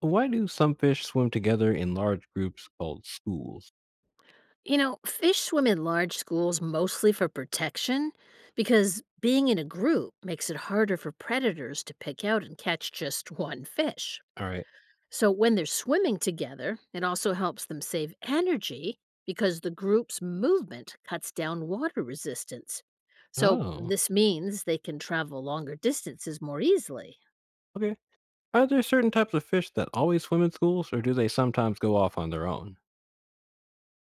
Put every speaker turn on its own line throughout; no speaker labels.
Why do some fish swim together in large groups called schools?
You know, fish swim in large schools mostly for protection because being in a group makes it harder for predators to pick out and catch just one fish.
All right.
So when they're swimming together, it also helps them save energy because the group's movement cuts down water resistance. So
Oh,
this means they can travel longer distances more easily.
okay. Are there certain types of fish that always swim in schools, or do they sometimes go off on their own?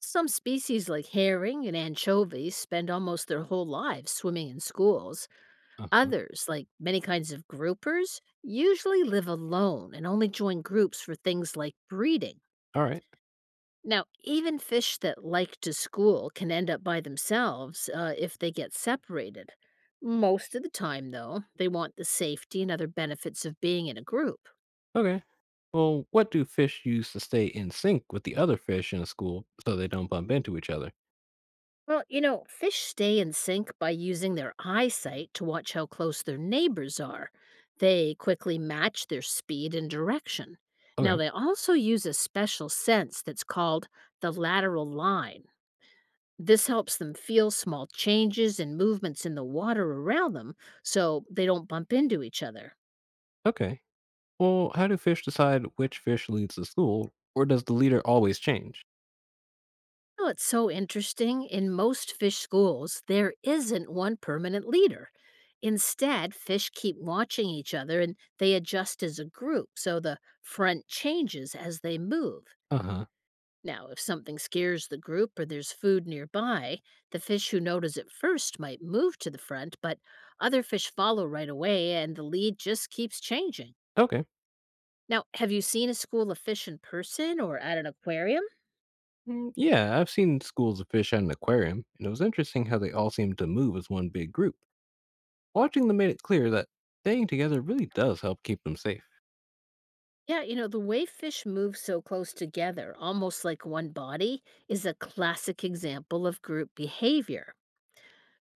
Some species like herring and anchovies spend almost their whole lives swimming in schools.
Uh-huh.
Others, like many kinds of groupers, usually live alone and only join groups for things like breeding.
All right.
Now, even fish that like to school can end up by themselves if they get separated. Most of the time, though, they want the safety and other benefits of being in a group.
Okay. Well, what do fish use to stay in sync with the other fish in a school so they don't bump into each other?
Well, you know, fish stay in sync by using their eyesight to watch how close their neighbors are. They quickly match their speed and direction. Now,
Okay.
they also use a special sense that's called the lateral line. This helps them feel small changes and movements in the water around them so they don't bump into each other.
Okay. Well, how do fish decide which fish leads the school, or does the leader always change?
You know it's so interesting? In most fish schools, there isn't one permanent leader. Instead, fish keep watching each other and they adjust as a group, so the front changes as they move.
Uh huh.
Now, if something scares the group or there's food nearby, the fish who notice it first might move to the front, but other fish follow right away and the lead just keeps changing.
Okay.
Now, have you seen a school of fish in person or at an aquarium?
Yeah, I've seen schools of fish at an aquarium, and it was interesting how they all seemed to move as one big group. Watching them made it clear that staying together really does help keep them safe.
Yeah, you know, the way fish move so close together, almost like one body, is a classic example of group behavior.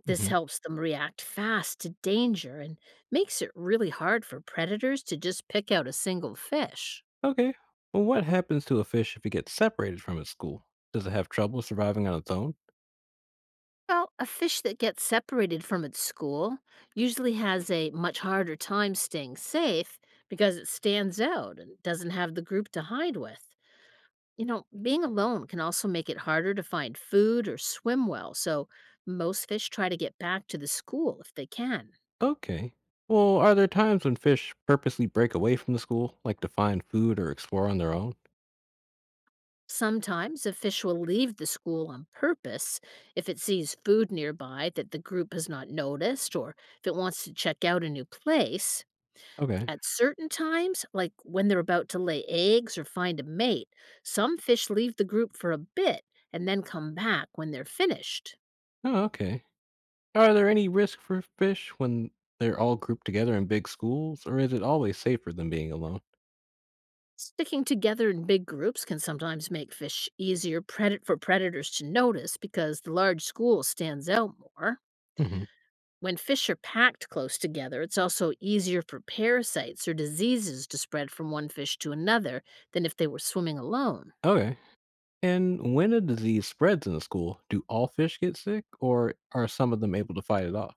This
Hmm.
helps them react fast to danger and makes it really hard for predators to just pick out a single fish.
Okay, well, what happens to a fish if it gets separated from its school? Does it have trouble surviving on its own?
Well, a fish that gets separated from its school usually has a much harder time staying safe because it stands out and doesn't have the group to hide with. You know, being alone can also make it harder to find food or swim well, so most fish try to get back to the school if they can.
Okay. Well, are there times when fish purposely break away from the school, like to find food or explore on their own?
Sometimes a fish will leave the school on purpose if it sees food nearby that the group has not noticed or if it wants to check out a new place.
Okay.
At certain times, like when they're about to lay eggs or find a mate, some fish leave the group for a bit and then come back when they're finished.
Oh, okay. Are there any risk for fish when they're all grouped together in big schools, or is it always safer than being alone?
Sticking together in big groups can sometimes make fish easier for predators to notice because the large school stands out more.
Hmm.
When fish are packed close together, it's also easier for parasites or diseases to spread from one fish to another than if they were swimming alone.
Okay. And when a disease spreads in a school, do all fish get sick or are some of them able to fight it off?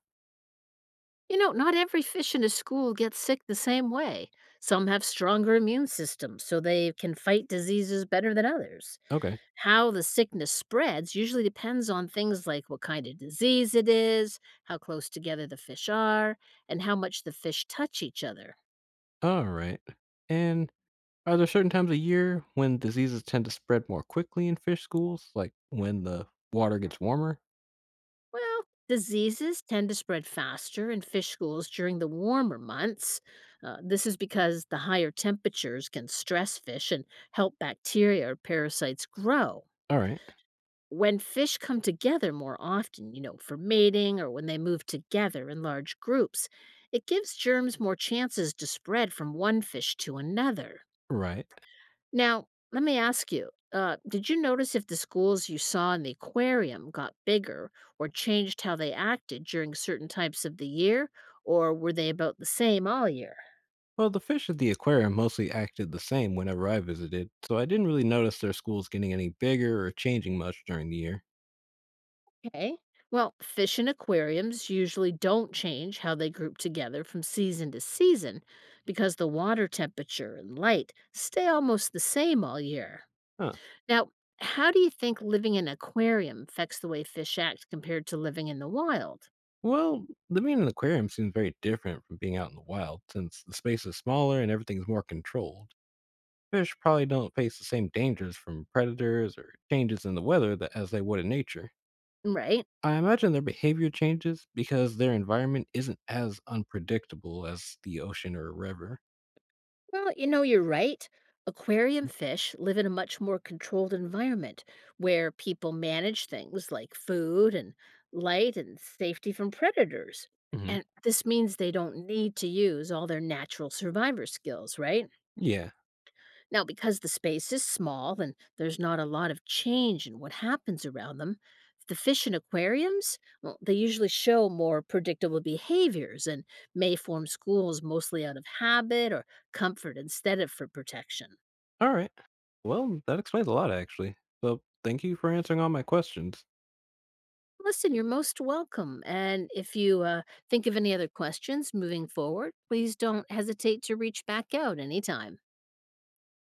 You know, not every fish in a school gets sick the same way. Some have stronger immune systems, so they can fight diseases better than others.
Okay.
How the sickness spreads usually depends on things like what kind of disease it is, how close together the fish are, and how much the fish touch each other.
All right. And are there certain times of year when diseases tend to spread more quickly in fish schools, like when the water gets warmer?
Well, diseases tend to spread faster in fish schools during the warmer months. This is because the higher temperatures can stress fish and help bacteria or parasites grow.
All right.
When fish come together more often, you know, for mating or when they move together in large groups, it gives germs more chances to spread from one fish to another.
Right.
Now, let me ask you, did you notice if the schools you saw in the aquarium got bigger or changed how they acted during certain types of the year, or were they about the same all year?
Well, the fish at the aquarium mostly acted the same whenever I visited, so I didn't really notice their schools getting any bigger or changing much during the year.
Okay. Well, fish in aquariums usually don't change how they group together from season to season because the water temperature and light stay almost the same all year.
Huh.
Now, how do you think living in an aquarium affects the way fish act compared to living in the wild?
Well, living in an aquarium seems very different from being out in the wild, since the space is smaller and everything's more controlled. Fish probably don't face the same dangers from predators or changes in the weather that as they would in nature.
Right?
I imagine their behavior changes because their environment isn't as unpredictable as the ocean or a river.
Well, you know, you're right. Aquarium fish live in a much more controlled environment where people manage things like food and light and safety from predators.
Hmm.
And this means they don't need to use all their natural survivor skills, right?
Yeah.
Now, because the space is small and there's not a lot of change in what happens around them, the fish in aquariums, well, they usually show more predictable behaviors and may form schools mostly out of habit or comfort instead of for protection.
All right. Well, that explains a lot, actually. So thank you for answering all my questions.
Listen, you're most welcome. And if you think of any other questions moving forward, please don't hesitate to reach back out anytime.